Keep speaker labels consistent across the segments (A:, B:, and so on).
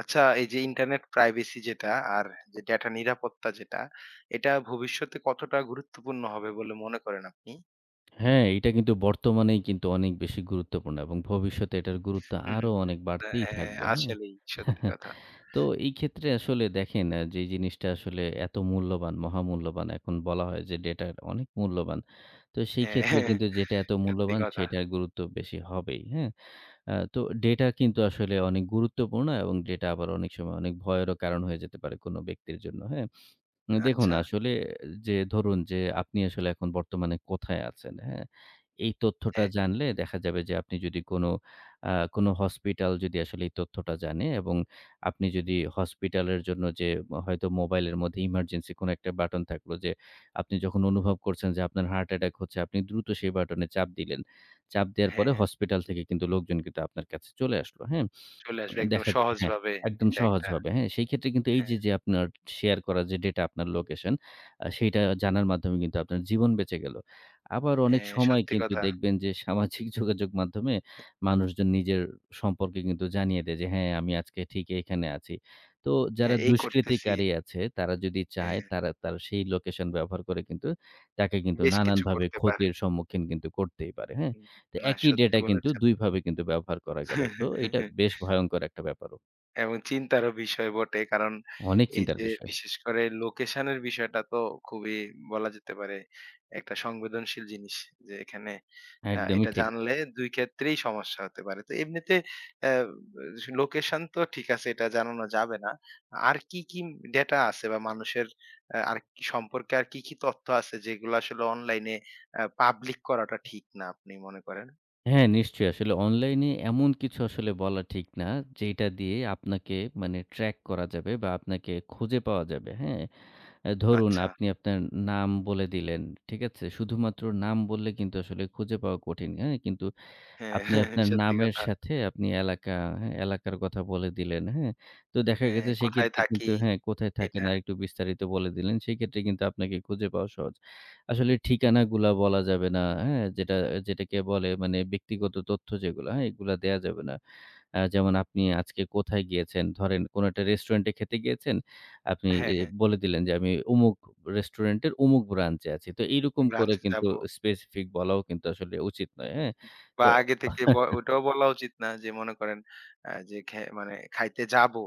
A: আচ্ছা, এই যে ইন্টারনেট প্রাইভেসি যেটা আর যে ডেটা নিরাপত্তা যেটা, এটা ভবিষ্যতে কতটা গুরুত্বপূর্ণ হবে বলে মনে করেন আপনি?
B: হ্যাঁ, এটা কিন্তু বর্তমানেই কিন্তু অনেক বেশি গুরুত্বপূর্ণ এবং ভবিষ্যতে এটার গুরুত্ব
A: হুম,
B: আরো
A: হুম।
B: অনেক বাড়তেই
A: হ্যাঁ,
B: থাকবে, হ্যাঁ?
A: আসলেই সত্যি কথা।
B: তো এই ক্ষেত্রে আসলে দেখেন যে জিনিসটা আসলে এত মূল্যবান, মহামূল্যবান এখন বলা হয় যে ডেটার অনেক মূল্যবান। তো সেই
A: হ্যাঁ,
B: ক্ষেত্রে
A: হ্যাঁ,
B: কিন্তু যেটা এত
A: সত্যি
B: মূল্যবান
A: কথা।
B: সেটার গুরুত্ব বেশি হবেই, হ্যাঁ? তো ডেটা কিন্তু আসলে অনেক গুরুত্বপূর্ণ এবং ডেটা আবার অনেক সময় অনেক ভয়েরও কারণ হয়ে যেতে পারে কোনো ব্যক্তির জন্য, হ্যাঁ? দেখুন
A: আচ্ছা।
B: আসলে যে ধরুন যে আপনি আসলে এখন বর্তমানে কোথায় আছেন, হ্যাঁ? এই তথ্যটা
A: হ্যাঁ,
B: জানলে দেখা যাবে যে আপনি যদি কোনো হসপিটাল যদি আসলে এই তথ্যটা জানে এবং আপনি যদি হসপিটালের জন্য যে হয়তো মোবাইলের মধ্যে ইমার্জেন্সি কোনো একটা বাটন থাকলো যে আপনি যখন অনুভব করছেন যে আপনার হার্ট অ্যাটাক হচ্ছে, আপনি দ্রুত সেই বাটনে চাপ দিলেন। চাপ দেওয়ার
A: হ্যাঁ,
B: পরে
A: হ্যাঁ।
B: হসপিটাল থেকে কিন্তু লোকজন কিন্তু আপনার কাছে চলে আসলো, হ্যাঁ?
A: চলে আসবে একদম
B: দেখা যায় হ্যাঁ,
A: সহজভাবে।
B: একদম
A: এটা একটা
B: সহজভাবে। হ্যাঁ? সেই ক্ষেত্রে কিন্তু এই
A: হ্যাঁ,
B: যে আপনার শেয়ার করা যে ডেটা আপনার লোকেশন, সেইটা জানার মাধ্যমে কিন্তু আপনার জীবন বেঁচে গেল। আবার অনেক
A: হ্যাঁ,
B: সময়
A: সত্যি
B: কিন্তু
A: কথা।
B: দেখবেন যে সামাজিক যোগাযোগ মাধ্যমে মানুষজন নিজের সম্পর্কে কিন্তু জানিয়ে দেয় যে, "হ্যাঁ, আমি আজকে ঠিক এখানে আছি।" তো যারা
A: হ্যাঁ, এই করতেছি।
B: দুষ্কৃতিকারী আছে তারা যদি চায়
A: হ্যাঁ,
B: তারা তার সেই লোকেশন ব্যবহার করে কিন্তু তাকে কিন্তু
A: বেশ কিছু
B: নানানভাবে
A: করতে পারে।
B: ক্ষতির সম্মুখীন কিন্তু করতেই পারে। হ্যাঁ?
A: হুম,
B: তো
A: না
B: একই
A: সত্যি
B: ডেটা কিন্তু
A: বলেছেন।
B: ২ ভাবে কিন্তু ব্যবহার করা গেল। তো এটা বেশ ভয়ংকর একটা ব্যাপারও।
A: এবং চিন্তারও বিষয় বটে। কারণ
B: অনেক
A: এই
B: চিন্তার
A: যে
B: বিষয়।
A: বিশেষ করে লোকেশনের বিষয়টা তো খুবই, বলা যেতে পারে, একটা সংবেদনশীল জিনিস। যে এখানে
B: একদমই
A: এটা
B: ঠিক।
A: জানলে ২ ক্ষেত্রেই সমস্যা হতে পারে। তো এমনিতে অ্যা লোকেশন তো ঠিক আছে, এটা জানানো যাবে না। আর কি ডেটা আছে বা মানুষের আর কি সম্পর্কে আর কি তথ্য আছে যেগুলো আসলে অনলাইনে পাবলিক করাটা ঠিক না আপনি মনে করেন?
B: হ্যাঁ, নিশ্চয়ই। আসলে অনলাইনে এমন কিছু আসলে বলা ঠিক না, যেটা দিয়ে আপনাকে মানে ট্র্যাক করা যাবে বা আপনাকে খুঁজে পাওয়া যাবে। হ্যাঁ? ধরুন
A: আচ্ছা।
B: আপনি আপনার নাম বলে দিলেন। ঠিক আছে? শুধুমাত্র নাম বললে কিন্তু আসলে খুঁজে পাওয়া কঠিন। হ্যাঁ? কিন্তু
A: হ্যাঁ,
B: আপনি আপনার
A: সত্যি
B: নামের
A: কথা।
B: সাথে আপনি এলাকা, হ্যাঁ? এলাকার কথা বলে দিলেন, হ্যাঁ? তো দেখা
A: হ্যাঁ,
B: গেছে
A: কোথায়
B: সেক্ষেত্রে কিন্তু
A: থাকি
B: হ্যাঁ, কোথায় থাকেন
A: এটা।
B: আরেকটু বিস্তারিত বলে দিলেন। সেক্ষেত্রে কিন্তু আপনাকে খুঁজে পাওয়া সহজ। আসলে ঠিকানাগুলা বলা যাবে না, হ্যাঁ? যেটাকে বলে মানে ব্যক্তিগত তথ্য যেগুলা, হ্যাঁ? এগুলা দেয়া যাবে না। যেমন আপনি আজকে কোথায় গিয়েছেন? ধরেন কোনো একটা রেস্টুরেন্টে খেতে গিয়েছেন। আপনি
A: হ্যাঁ, হ্যাঁ।
B: বলে দিলেন যে, "আমি অমুক রেস্টুরেন্টের অমুক ব্রাঞ্চে আছি।" তো এইরকম করে
A: ব্রাঞ্চে
B: কিন্তু
A: যাবো।
B: স্পেসিফিক বলাও কিন্তু আসলে উচিত নয়। হ্যাঁ? তো
A: বা আগে থেকে ওটাও বলা উচিত না যে মনে করেন আ যে খে মানে খাইতে যাবো।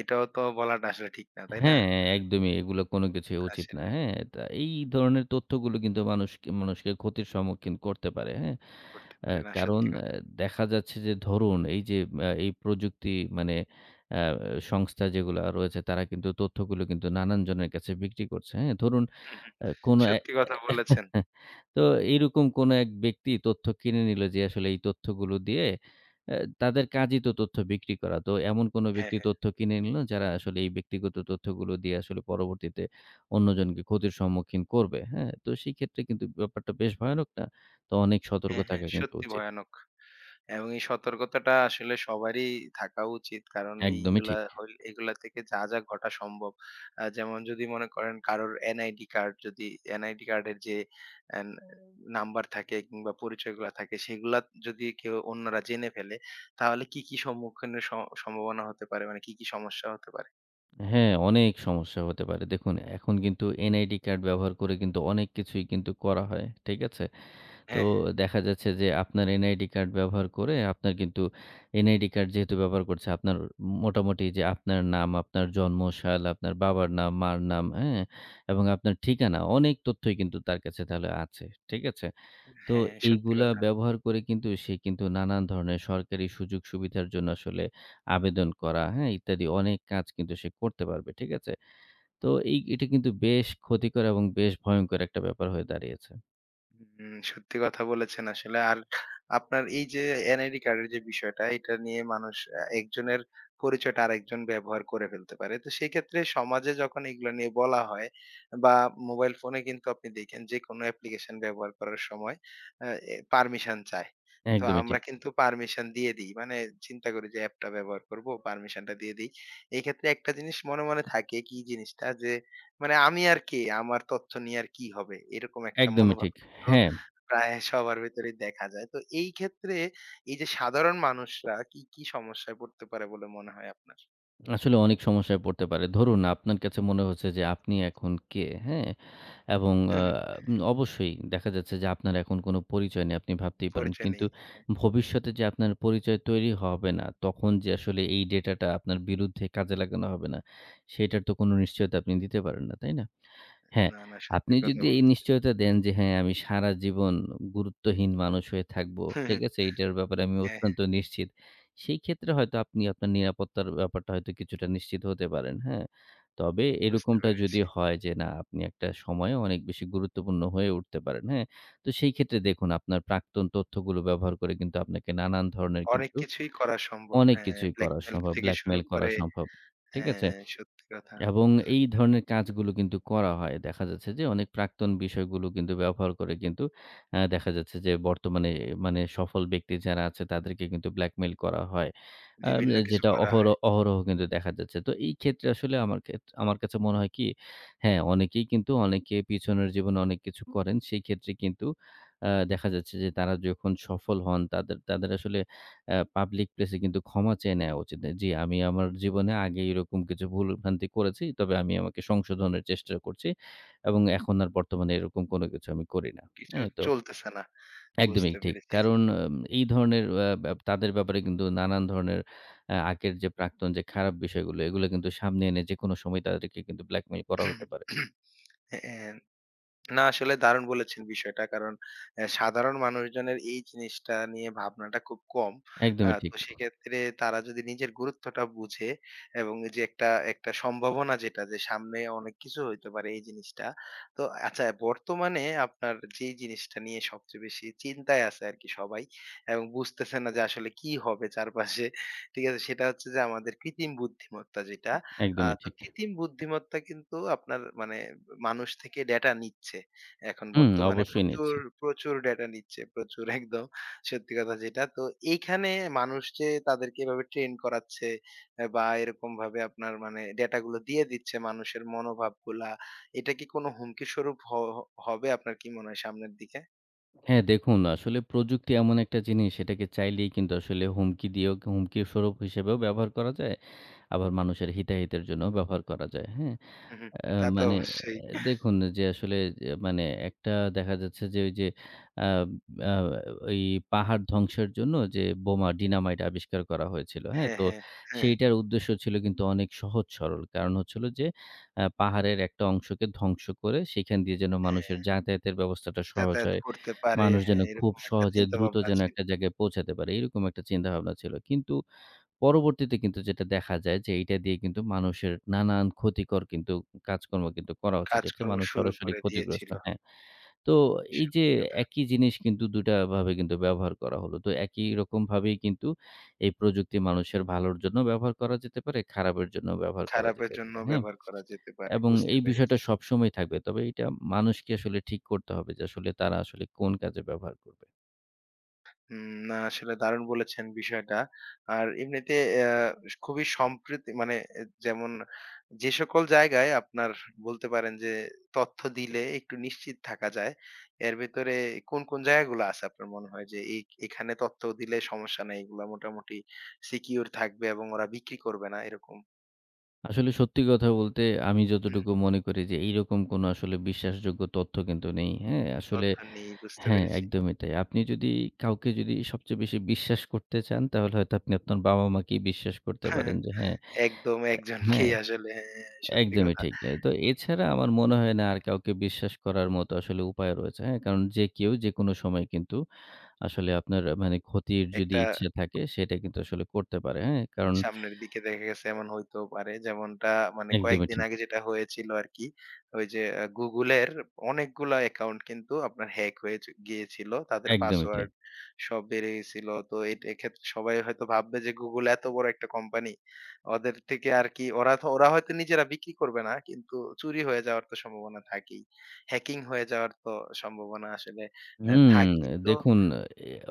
A: এটাও তো বলাটা আসলে ঠিক না, তাই না?
B: হ্যাঁ, একদমই এগুলো কোনো কিছুই উচিত না।
A: আসলে
B: হ্যাঁ? তা এই ধরনের তথ্যগুলো কিন্তু মানুষকে মানুষকে ক্ষতির সম্মুখীন করতে পারে। হ্যাঁ?
A: করতে
B: আ
A: পারে না।
B: কারণ
A: সত্যি
B: আ
A: কথা।
B: দেখা যাচ্ছে যে ধরুন এই যে এই প্রযুক্তি মানে আ সংস্থা যেগুলা রয়েছে তারা কিন্তু তথ্যগুলো কিন্তু নানান জনের কাছে বিক্রি করছে। হ্যাঁ? ধরুন
A: হু, হু।
B: আ কোনো এ
A: সত্যি কথা বলেছেন।
B: হ্যাঁ, তো এইরকম কোনো এক ব্যক্তি তথ্য কিনে নিল যে আসলে এই তথ্যগুলো দিয়ে তাদের কাজই তো তথ্য বিক্রি করা। তো এমন কোনো
A: হ্যাঁ,
B: ব্যক্তি
A: হ্যাঁ।
B: তথ্য কিনে নিল যারা আসলে এই ব্যক্তিগত তথ্যগুলো দিয়ে আসলে পরবর্তীতে অন্যজনকে ক্ষতির সম্মুখীন করবে। হ্যাঁ? তো সেক্ষেত্রে কিন্তু ব্যাপারটা বেশ ভয়ানক না? তো অনেক সতর্ক
A: হ্যাঁ, হ্যাঁ।
B: থাকা কিন্তু
A: সত্যি
B: উচিত।
A: ভয়ানক। এবং এই সতর্কতাটা আসলে সবারই থাকা উচিত। কারণ
B: একদমই
A: এইগুলা
B: ঠিক।
A: হল এগুলা থেকে যা ঘটা সম্ভব। যেমন যদি মনে করেন কারোর NID কার্ড যদি NID কার্ডের যে এন নাম্বার থাকে কিংবা পরিচয়গুলা থাকে, সেগুলা যদি কেউ অন্যরা জেনে ফেলে তাহলে কি সম্মুখীনের স সম্ভাবনা হতে পারে? মানে কি সমস্যা হতে পারে?
B: হ্যাঁ, অনেক সমস্যা হতে পারে। দেখুন এখন কিন্তু NID কার্ড ব্যবহার করে কিন্তু অনেক কিছুই কিন্তু করা হয়। ঠিক আছে? তো
A: হ্যাঁ, হ্যাঁ।
B: দেখা যাচ্ছে যে আপনার এনআইডি কার্ড ব্যবহার করে আপনার কিন্তু এনআইডি কার্ড যেহেতু ব্যবহার করছে আপনার মোটামুটি যে আপনার নাম, আপনার জন্মসাল, আপনার বাবার নাম, মার নাম, হ্যাঁ? এবং আপনার ঠিকানা অনেক তথ্যই কিন্তু তার কাছে তাহলে আছে। ঠিক আছে? তো
A: হ্যাঁ, সত্যি
B: এইগুলা
A: কথা।
B: ব্যবহার করে কিন্তু সে কিন্তু নানান ধরনের সরকারি সুযোগ-সুবিধার জন্য আসলে আবেদন করা, হ্যাঁ? ইত্যাদি অনেক কাজ কিন্তু সে করতে পারবে। ঠিক আছে? তো এটা কিন্তু বেশ ক্ষতিকর এবং বেশ ভয়ংকর একটা ব্যাপার হয়ে দাঁড়িয়েছে।
A: হুম, সত্যি কথা বলেছেন আসলে। আর আপনার এই যে এনআইডি কার্ডের যে বিষয়টা, এটা নিয়ে মানুষ একজনের পরিচয়টা আরেকজন ব্যবহার করে ফেলতে পারে। তো সেক্ষেত্রে সমাজে যখন এগুলো নিয়ে বলা হয় বা মোবাইল ফোনে কিন্তু আপনি দেখেন যেকোনো অ্যাপ্লিকেশন ব্যবহার করার সময় আ এ পারমিশন চায়। তো
B: একদমই
A: আমরা
B: ঠিক।
A: কিন্তু পারমিশন দিয়ে দিই। মানে চিন্তা করি যে অ্যাপটা ব্যবহার করব, পারমিশনটা দিয়ে দিই। এই ক্ষেত্রে একটা জিনিস মনে থাকে কি জিনিসটা যে, মানে আমি আর কে? আমার তথ্য নিয়ে আর কি হবে? এরকম একটা
B: একদমই
A: মনোভাব
B: ঠিক।
A: কিন্তু
B: হ্যাঁ,
A: প্রায় সবার ভেতরেই দেখা যায়। তো এই ক্ষেত্রে এই যে সাধারণ মানুষরা কি সমস্যায় পড়তে পারে বলে মনে হয় আপনার?
B: আসলে অনেক সমস্যায় পড়তে পারে। ধরুন আপনার কাছে মনে হচ্ছে যে আপনি এখন কে, হ্যাঁ? এবং
A: হুম,
B: আ
A: হুম,
B: উম অবশ্যই দেখা যাচ্ছে যে আপনার এখন কোনো পরিচয় নেই। আপনি ভাবতেই পারেন।
A: পরিচয়
B: কিন্তু
A: নেই।
B: ভবিষ্যতে যে আপনার পরিচয় তৈরি হবে না, তখন যে আসলে এই ডেটাটা আপনার বিরুদ্ধে কাজে লাগানো হবে না, সেটার তো কোনো নিশ্চয়তা আপনি দিতে পারেন না, তাই না? হ্যাঁ,
A: না, না সত্যি
B: আপনি
A: কথা
B: যদি এই
A: বলেছেন।
B: নিশ্চয়তা দেন যে হ্যাঁ, আমি সারা জীবন গুরুত্বহীন মানুষ হয়ে থাকবো।
A: হুম,
B: ঠিক
A: হুম,
B: আছে? এইটার ব্যাপারে আমি
A: হ্যাঁ, হ্যাঁ
B: অত্যন্ত নিশ্চিত। সেই ক্ষেত্রে হয়তো আপনি আপনার নিরাপত্তার ব্যাপারটা হয়তো কিছুটা নিশ্চিত হতে পারেন। হ্যাঁ? তবে
A: বুঝতে
B: এরকমটা যদি
A: পেরেছি।
B: হয় যে না আপনি একটা সময়ে অনেক বেশি গুরুত্বপূর্ণ হয়ে উঠতে পারেন। হ্যাঁ? তো সেই ক্ষেত্রে দেখুন আপনার প্রাক্তন তথ্যগুলো ব্যবহার করে কিন্তু আপনাকে নানান ধরনের
A: অনেক
B: কিন্তু
A: কিছুই করা সম্ভব।
B: অনেক
A: হ্যাঁ,
B: কিছুই করা
A: ব্ল্যাকমেইল
B: সম্ভব।
A: থেকে শুরু
B: ব্ল্যাকমেইল করা
A: করে
B: সম্ভব। ঠিক আছে?
A: হ্যাঁ, সত্যি কথা।
B: এবং এই ধরনের কাজগুলো কিন্তু করা হয়। দেখা যাচ্ছে যে অনেক প্রাক্তন বিষয়গুলো কিন্তু ব্যবহার করে কিন্তু দেখা যাচ্ছে যে বর্তমানে মানে সফল ব্যক্তি যারা আছে তাদেরকে কিন্তু ব্ল্যাকমেইল করা হয়। হুম।
A: বিভিন্ন কিছু
B: যেটা
A: করা
B: অহর
A: হয়।
B: অহরহ কিন্তু দেখা যাচ্ছে। তো এই ক্ষেত্রে আসলে আমার আমার কাছে মনে হয় কি হ্যাঁ, অনেকেই কিন্তু অনেকে পিছনের জীবনে অনেক কিছু করেন। সেই ক্ষেত্রে কিন্তু দেখা যাচ্ছে যে তারা যখন সফল হন তাদের তাদের আসলে পাবলিক প্লেসে কিন্তু ক্ষমা চেয়ে নেয়া উচিত। জি, আমি আমার জীবনে আগে এরকম কিছু ভুলভ্রান্তি করেছি। তবে আমি আমাকে সংশোধনের চেষ্টা করছি এবং এখন আর বর্তমানে এরকম কোনো কিছু আমি করি না।
A: কিছু
B: হ্যাঁ? তো
A: চলতেছে না।
B: একদমই
A: বুঝতে
B: ঠিক।
A: পেরেছি।
B: কারণ এই ধরনের অ্যা ব্যা তাদের ব্যাপারে কিন্তু নানান ধরনের আগের যে প্রাক্তন যে খারাপ বিষয়গুলো, এগুলো কিন্তু সামনে এনে যেকোনো সময় তাদেরকে কিন্তু ব্ল্যাকমেইল করা হতে পারে।
A: হ্যাঁ। না আসলে দারুণ বলেছেন বিষয়টা। কারণ সাধারণ মানুষজনের এই জিনিসটা নিয়ে ভাবনাটা খুব কম।
B: একদমই ঠিক,
A: তো সেক্ষেত্রে তারা যদি নিজের গুরুত্বটা বুঝে এবং যে একটা সম্ভাবনা যেটা, যে সামনে অনেক কিছু হইতে পারে এই জিনিসটা। তো আচ্ছা, বর্তমানে আপনার যেই জিনিসটা নিয়ে সবচেয়ে বেশি চিন্তায় আছে আরকি সবাই এবং বুঝতেছে না যে আসলে কি হবে চারপাশে। ঠিক আছে? সেটা হচ্ছে যে আমাদের কৃত্রিম বুদ্ধিমত্তা যেটা।
B: একদমই
A: তো
B: ঠিক।
A: কৃত্রিম বুদ্ধিমত্তা কিন্তু আপনার, মানে মানুষ থেকে ডেটা নিচ্ছে। এখন
B: হুম,
A: বর্তমানে
B: অবশ্যই
A: প্রচুর,
B: নিচ্ছে।
A: প্রচুর ডেটা নিচ্ছে। প্রচুর একদম সত্যি কথা যেটা। তো এইখানে মানুষ যে তাদেরকে এভাবে ট্রেন করাচ্ছে বা এরকমভাবে আপনার মানে ডেটা গুলো দিয়ে দিচ্ছে মানুষের মনোভাবগুলা। এটা কি কোনো হুমকি স্বরূপ হবে আপনার কি মনে হয় সামনের দিকে?
B: হ্যাঁ, দেখুন আসলে প্রযুক্তি এমন একটা জিনিস সেটাকে চাইলেই কিন্তু আসলে হুমকি দিয়েও হুমকি স্বরূপ হিসেবেও ব্যবহার করা যায়। আবার মানুষের হিতাহিতের জন্যও ব্যবহার করা যায়। হ্যাঁ?
A: হু, হু।
B: আ
A: তা তো
B: মানে
A: অবশ্যই।
B: দেখুন যে আসলে যে মানে একটা দেখা যাচ্ছে যে আ আ ওই পাহাড় ধ্বংসের জন্য যে বোমা ডিনামাইট আবিষ্কার করা হয়েছিল। হ্যাঁ?
A: হ্যাঁ,
B: তো
A: হ্যাঁ, হ্যাঁ,
B: সেইটার উদ্দেশ্য ছিল কিন্তু অনেক সহজ সরল। কারণ হলো যে পাহাড়ের একটা অংশকে ধ্বংস করে সেখান দিয়ে যেন মানুষের
A: হ্যাঁ।
B: যাতায়াতের ব্যবস্থাটা সহজ
A: যাতায়াত
B: হয়।
A: করতে পারে।
B: মানুষ যেন
A: হ্যাঁ,
B: খুব
A: এরকম একটা
B: সহজে দ্রুত
A: চিন্তাভাবনা
B: যেন
A: ছিল।
B: একটা জায়গায় পৌঁছাতে পারে। এরকম একটা চিন্তাভাবনা ছিল। কিন্তু পরবর্তীতে কিন্তু যেটা দেখা যায় যে এইটা দিয়ে কিন্তু মানুষের নানান ক্ষতিকর কিন্তু কাজকর্ম কিন্তু করা হচ্ছে। যেটাতে
A: কাজকর্ম
B: মানুষ
A: শুরু
B: সরাসরি
A: করে
B: ক্ষতিগ্রস্ত
A: দিয়েছিল।
B: হ্যাঁ। তো এই যে
A: সত্যি কথা।
B: একই জিনিস কিন্তু ২ টা ভাবে কিন্তু ব্যবহার করা হলো। তো একই রকমভাবেই কিন্তু এই প্রযুক্তি মানুষের ভালোর জন্যও ব্যবহার করা যেতে পারে, খারাপের জন্যও ব্যবহার করা
A: খারাপের
B: যেতে
A: জন্য
B: পারে। হ্যাঁ?
A: ব্যবহার করা যেতে পারে।
B: এবং
A: বুঝতে
B: এই বিষয়টা
A: পেরেছি।
B: সবসময় থাকবে। তবে এটা মানুষকে আসলে ঠিক করতে হবে যে আসলে তারা আসলে কোন কাজে ব্যবহার করবে।
A: হুম, না আসলে দারুণ বলেছেন বিষয়টা। আর এমনিতে খুবই সম্প্রীতি মানে এ যেমন যে সকল জায়গায় আপনার, বলতে পারেন যে তথ্য দিলে একটু নিশ্চিত থাকা যায়। এর ভেতরে কোন জায়গাগুলো আছে আপনার মনে হয় যে এই এখানে তথ্য দিলে সমস্যা নাই। এগুলা মোটামুটি সিকিউর থাকবে এবং ওরা বিক্রি করবে না এরকম।
B: আসলে সত্যি কথা বলতে আমি
A: হুম,
B: যতটুকু মনে করি যে এইরকম কোনো আসলে বিশ্বাসযোগ্য তথ্য কিন্তু নেই। হ্যাঁ? আসলে
A: তথ্য নেই বুঝতে
B: হ্যাঁ,
A: পেরেছি।
B: একদমই তাই। আপনি যদি কাউকে যদি সবচেয়ে বেশি বিশ্বাস করতে চান তাহলে হয়তো আপনি আপনার বাবা-মাকেই বিশ্বাস করতে পারেন যে হ্যাঁ,
A: একদম
B: হ্যাঁ,
A: একজনকেই আসলে, হ্যাঁ, সত্যি
B: একদমই
A: কথা।
B: ঠিক। তো এছাড়া আমার মনে হয় না আর কাউকে বিশ্বাস করার মতো আসলে উপায় রয়েছে। হ্যাঁ? কারণ যে কেউ যেকোনো সময় কিন্তু আসলে আপনার মানে ক্ষতির যদি
A: একটা
B: ইচ্ছা থাকে সেটা কিন্তু আসলে করতে পারে। হ্যাঁ? কারণ
A: সামনের দিকে দেখা গেছে এমন হইতেও পারে। যেমনটা মানে
B: একদমই
A: কয়েকদিন
B: ঠিক,
A: আগে যেটা হয়েছিল আরকি। ওই যে Google এর অনেকগুলা অ্যাকাউন্ট কিন্তু আপনার হ্যাক হয়ে গিয়েছিল। তাদের
B: একদমই তাই।
A: পাসওয়ার্ড সব বেড়ে গেছিল। তো এটা এক্ষেত্রে সবাই হয়তো ভাববে যে Google এত বড় একটা কোম্পানি। ওদের থেকে আর কি ওরা তো ওরা হয়তো নিজেরা বিক্রি করবে না। কিন্তু চুরি হয়ে যাওয়ার তো সম্ভাবনা থাকেই। হ্যাকিং হয়ে যাওয়ার তো সম্ভাবনা আসলে
B: হুম,
A: থাকেই। তো
B: দেখুন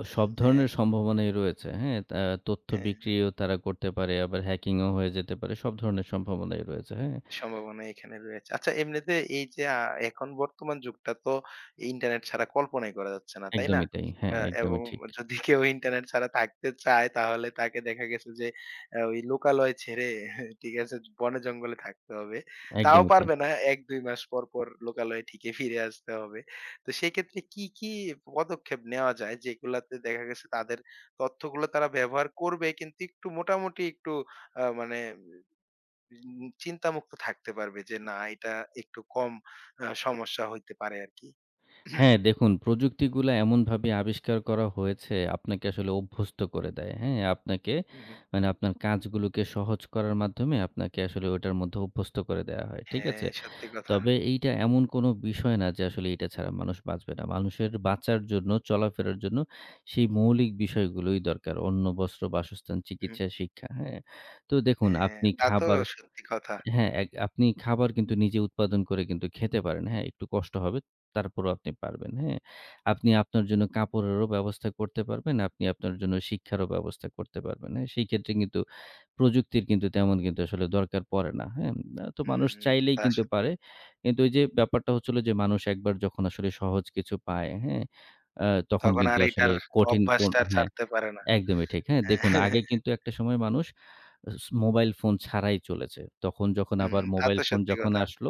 B: এ সব
A: হ্যাঁ,
B: ধরনের সম্ভাবনাই রয়েছে, হ্যাঁ? তা তথ্য
A: হ্যাঁ।
B: বিক্রিও তারা করতে পারে, আবার হ্যাকিংও হয়ে যেতে পারে। সব ধরনের সম্ভাবনাই রয়েছে, হ্যাঁ?
A: সম্ভাবনা এখানে রয়েছে। আচ্ছা, এমনিতে এই যে এখন বর্তমান যুগটা তো ইন্টারনেট ছাড়া কল্পনাই করা যাচ্ছে না, তাই না?
B: একদমই তাই। হ্যাঁ,
A: আ এবং
B: একদমই ঠিক।
A: যদি কেউ ইন্টারনেট ছাড়া থাকতে চায় তাহলে তাকে দেখা গেছে যে ওই লোকালয় ছেড়ে ঠিক আছে? বনে জঙ্গলে থাকতে হবে। তাও
B: একদমই তাই।
A: পারবে না, ১-২ মাস পর লোকালয়ে ঠিকই ফিরে আসতে হবে। তো সেক্ষেত্রে কি পদক্ষেপ নেওয়া যায় যেগুলাতে দেখা গেছে তাদের তথ্যগুলো তারা ব্যবহার করবে কিন্তু একটু মোটামুটি একটু মানে চিন্তামুক্ত থাকতে পারবে যে না এটা একটু কম সমস্যা হইতে পারে আরকি।
B: হ্যাঁ, দেখুন প্রযুক্তিগুলা এমনভাবে আবিষ্কার করা হয়েছে আপনাকে আসলে অভ্যস্ত করে দেয়, হ্যাঁ? আপনাকে
A: হু, হু।
B: মানে আপনার কাজগুলোকে সহজ করার মাধ্যমে আপনাকে আসলে ওটার মধ্যে অভ্যস্ত করে দেয়া হয়। ঠিক
A: হ্যাঁ,
B: আছে?
A: সত্যি কথা।
B: তবে এইটা এমন কোনো বিষয় না যে আসলে এটা ছাড়া মানুষ বাঁচবে না। মানুষের বাঁচার জন্য, চলাফেরার জন্য সেই মৌলিক বিষয়গুলোই দরকার। অন্ন, বস্ত্র, বাসস্থান,
A: উহু।
B: চিকিৎসা, শিক্ষা, হ্যাঁ? তো দেখুন
A: হ্যাঁ,
B: আপনি
A: তা তো
B: খাবার
A: সত্যি কথা।
B: হ্যাঁ, এক আপনি খাবার কিন্তু নিজে উৎপাদন করে কিন্তু খেতে পারেন, হ্যাঁ? একটু কষ্ট হবে, তারপরেও আপনি পারবেন, হ্যাঁ? আপনি আপনার জন্য কাপড়েরও ব্যবস্থা করতে পারবেন, আপনি আপনার জন্য শিক্ষারও ব্যবস্থা করতে পারবেন, হ্যাঁ? সেই ক্ষেত্রে কিন্তু প্রযুক্তির কিন্তু তেমন কিন্তু আসলে দরকার পড়ে না। হ্যাঁ? তো মানুষ
A: হুম,
B: চাইলেই
A: তা
B: কিন্তু
A: সত্যি
B: পারে।
A: কথা।
B: কিন্তু ওই যে ব্যাপারটা হচ্ছিল যে মানুষ একবার যখন আসলে সহজ কিছু পায়, হ্যাঁ? আ তখন
A: তখন
B: কিন্তু
A: আর
B: আসলে
A: এটার
B: কঠিন কোন
A: অভ্যাসটা আর
B: হ্যাঁ,
A: ছাড়তে পারে না।
B: একদমই ঠিক। হ্যাঁ, দেখুন
A: হ্যাঁ,
B: আগে কিন্তু একটা সময় মানুষ মোবাইল ফোন ছাড়াই চলেছে। তখন যখন
A: হুম,
B: আবার
A: তা
B: মোবাইল
A: তো
B: ফোন
A: সত্যি
B: যখন
A: কথা।
B: আসলো,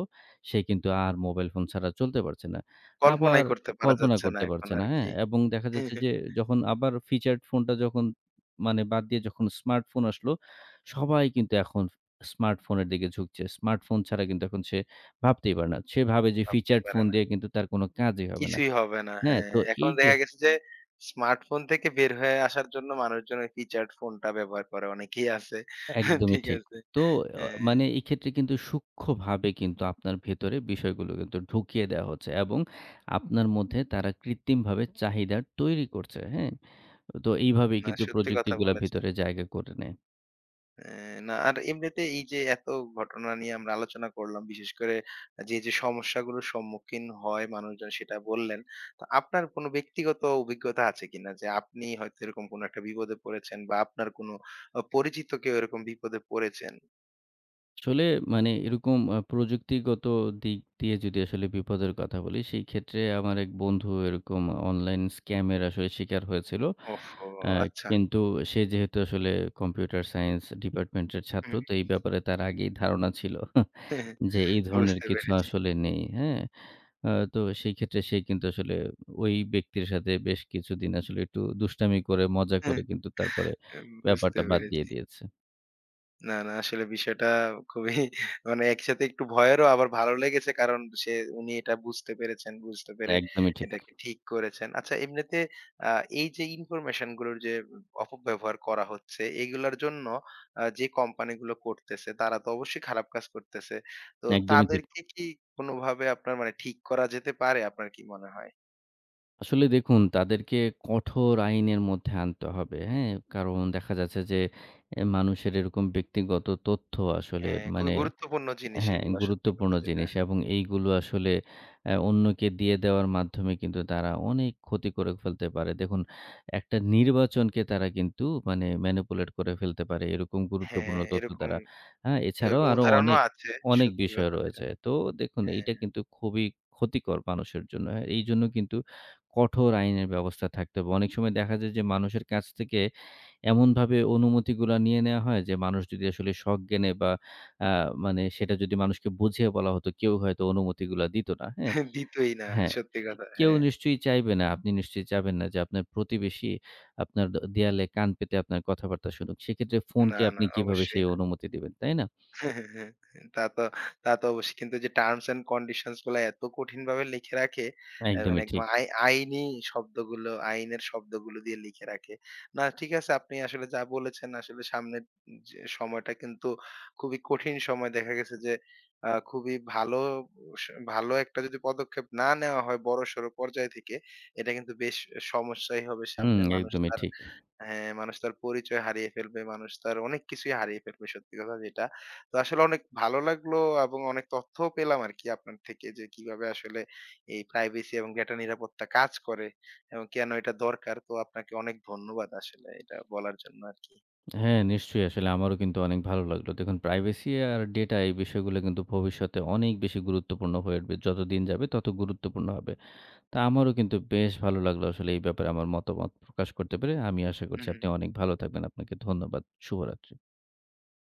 B: সে কিন্তু আর মোবাইল ফোন ছাড়া চলতে পারছে না। আবার
A: কল্পনাই করতে পারা
B: কল্পনা
A: যাচ্ছে না
B: করতে
A: এখন
B: পারছে না, হ্যাঁ?
A: আরকি।
B: এবং দেখা যাচ্ছে যে যখন আবার ফিচারড ফোনটা যখন মানে বাদ দিয়ে যখন স্মার্টফোন আসলো, সবাই কিন্তু এখন স্মার্টফোনের দিকে ঝুঁকছে। স্মার্টফোন ছাড়া কিন্তু এখন সে ভাবতেই পারে না। সে ভাবে যে
A: ভাবতে
B: ফিচারড
A: পারে
B: ফোন
A: না।
B: দিয়ে কিন্তু তার কোনো কাজই হবে না।
A: কিছুই হবে না।
B: হ্যাঁ?
A: হ্যাঁ,
B: তো
A: এখন
B: এই যে
A: দেখা গেছে যে স্মার্টফোন থেকে বের হয়ে আসার জন্য মানুষজন ওই ফিচারড ফোনটা ব্যবহার করে অনেকেই আছে।
B: একদমই
A: ঠিক
B: ঠিক।
A: আছে।
B: তো
A: হ্যাঁ,
B: মানে এক্ষেত্রে কিন্তু সূক্ষ্মভাবে কিন্তু আপনার ভেতরে বিষয়গুলো কিন্তু ঢুকিয়ে দেওয়া হচ্ছে এবং আপনার মধ্যে তারা কৃত্রিমভাবে চাহিদা তৈরি করছে। হ্যাঁ? তো
A: উম
B: এইভাবেই
A: না
B: কিন্তু
A: সত্যি কথা
B: প্রযুক্তিগুলা
A: বলেছেন।
B: ভেতরে জায়গা করে নেয়।
A: হ্যাঁ, না আর এমনিতে এই যে এত ঘটনা নিয়ে আমরা আলোচনা করলাম, বিশেষ করে যে সমস্যাগুলোর সম্মুখীন হয় মানুষজন সেটা বললেন। তো আপনার কোনো ব্যক্তিগত অভিজ্ঞতা আছে কিনা? যে আপনি হয়তো এরকম কোনো একটা বিপদে পড়েছেন বা আপনার কোনো পরিচিত কেউ এরকম বিপদে পড়েছেন?
B: আসলে মানে এরকম প্রযুক্তিগত দিক দিয়ে যদি আসলে বিপদের কথা বলি, সেই ক্ষেত্রে আমার এক বন্ধু এরকম অনলাইন স্ক্যাম এর আসলে শিকার হয়েছিল।
A: ওহহো!
B: আ
A: আচ্ছা।
B: কিন্তু সে যেহেতু আসলে কম্পিউটার সায়েন্স ডিপার্টমেন্টের ছাত্র,
A: হুম।
B: তো এই ব্যাপারে তার আগেই ধারণা ছিল
A: হ্যাঁ,
B: যে এই ধরনের
A: বুঝতে
B: কিছু
A: পেরেছি।
B: আসলে নেই। হ্যাঁ? তো সেই ক্ষেত্রে সে কিন্তু আসলে ওই ব্যক্তির সাথে বেশ কিছুদিন আসলে একটু দুষ্টামি করে, মজা করে
A: হ্যাঁ,
B: কিন্তু তারপরে
A: বুঝতে
B: ব্যাপারটা বাদ দিয়ে
A: পেরেছি।
B: দিয়েছে।
A: না, না আসলে বিষয়টা খুবই মানে একসাথে একটু ভয়েরও আবার ভালো লেগেছে কারণ সে উনি এটা বুঝতে পেরেছেন। বুঝতে পেরে
B: একদমই ঠিক,
A: এটাকে ঠিক করেছেন। আচ্ছা, এমনিতে আ এই যে ইনফরমেশন গুলোর যে অপব্যবহার করা হচ্ছে এগুলার জন্য যে কোম্পানিগুলো করতেছে তারা তো অবশ্যই খারাপ কাজ করতেছে। তো
B: একদমই ঠিক।
A: তাদেরকে কি কোনোভাবে আপনার, মানে ঠিক করা যেতে পারে আপনার কি মনে হয়?
B: আসলে দেখুন তাদেরকে কঠোর আইনের মধ্যে আনতে হবে। হ্যাঁ? কারণ দেখা যাচ্ছে যে মানুষের এরকম ব্যক্তিগত তথ্য আসলে
A: হ্যাঁ, খুবই
B: মানে
A: গুরুত্বপূর্ণ জিনিস
B: হ্যাঁ,
A: এগুলা, সত্যি
B: গুরুত্বপূর্ণ
A: কথা যেটা।
B: জিনিস এবং এইগুলো আসলে অন্যকে দিয়ে দেওয়ার মাধ্যমে কিন্তু তারা অনেক ক্ষতি করে ফেলতে পারে। দেখুন, একটা নির্বাচনকে তারা কিন্তু মানে ম্যানিপুলেট করে ফেলতে পারে এরকম
A: হ্যাঁ,
B: গুরুত্বপূর্ণ তথ্য
A: এরকম,
B: দ্বারা। হ্যাঁ? এছাড়াও
A: এরকম
B: আরো
A: উদাহরণও
B: অনেক,
A: আছে।
B: অনেক
A: সত্যি
B: বিষয়
A: কথা যেটা।
B: রয়েছে। তো দেখুন
A: হ্যাঁ,
B: এইটা কিন্তু খুবই ক্ষতিকর মানুষের জন্য। হ্যাঁ, এইজন্য কিন্তু কঠোর আইনের ব্যবস্থা থাকতে হবে। অনেক সময় দেখা যায় যে মানুষের কাছ থেকে এমনভাবে অনুমতিগুলা নিয়ে নেয়া হয় যে মানুষ যদি আসলে সজ্ঞানে বা আ মানে সেটা যদি মানুষকে বুঝিয়ে বলা হতো কেউ হয়তো অনুমতিগুলা দিত না। হ্যাঁ?
A: দিতই না
B: হ্যাঁ,
A: সত্যি কথা।
B: কেউ
A: হ্যাঁ।
B: নিশ্চয়ই চাইবে না। আপনি নিশ্চয়ই চাবেন না যে আপনার প্রতিবেশী আপনার দেয়ালে কান পেতে আপনার কথাবার্তা শুনুক। সেক্ষেত্রে ফোনকে
A: না, না
B: আপনি কিভাবে
A: অবশ্যই
B: সেই
A: না।
B: অনুমতি দিবেন, তাই না?
A: হ্যাঁ, হ্যাঁ, হ্যাঁ, হ্যাঁ। তা তো তা তো অবশ্যই। কিন্তু যে টার্মস অ্যান্ড কন্ডিশনস গুলা এত কঠিনভাবে লিখে রাখে, মানে
B: একদমই
A: একদম
B: ঠিক।
A: আইনি শব্দগুলো, আইনের শব্দগুলো দিয়ে লিখে রাখে। না ঠিক আছে, আপনি আসলে যা বলেছেন আসলে সামনের যে সময়টা কিন্তু খুবই কঠিন সময়। দেখা গেছে যে খুবই ভালো স ভালো একটা যদি পদক্ষেপ না নেওয়া হয় বড়সড় পর্যায় থেকে, এটা কিন্তু বেশ সমস্যাই হবে
B: হুম,
A: সামনে। মানুষ
B: একদমই
A: তার,
B: ঠিক।
A: হ্যাঁ, মানুষ তার পরিচয় হারিয়ে ফেলবে, মানুষ তার অনেক কিছুই হারিয়ে ফেলবে, সত্যি কথা যেটা। তো আসলে অনেক ভালো লাগলো এবং অনেক তথ্যও পেলাম আরকি আপনার থেকে, যে কিভাবে আসলে এই প্রাইভেসি এবং ডেটা নিরাপত্তা কাজ করে এবং কেন এটা দরকার। তো আপনাকে অনেক ধন্যবাদ আসলে এটা বলার জন্য আরকি।
B: হ্যাঁ, নিশ্চয়ই আসলে আমারও কিন্তু অনেক ভালো লাগলো। দেখুন প্রাইভেসি আর ডেটা এই বিষয়গুলো কিন্তু ভবিষ্যতে অনেক বেশি গুরুত্বপূর্ণ হয়ে উঠবে। যতদিন যাবে তত গুরুত্বপূর্ণ হবে। তা আমারও কিন্তু বেশ ভালো লাগলো আসলে এই ব্যাপারে আমার মতামত প্রকাশ করতে পেরে। আমি আশা করছি
A: হুম, হুম।
B: আপনি অনেক ভালো থাকবেন। আপনাকে ধন্যবাদ। শুভরাত্রি।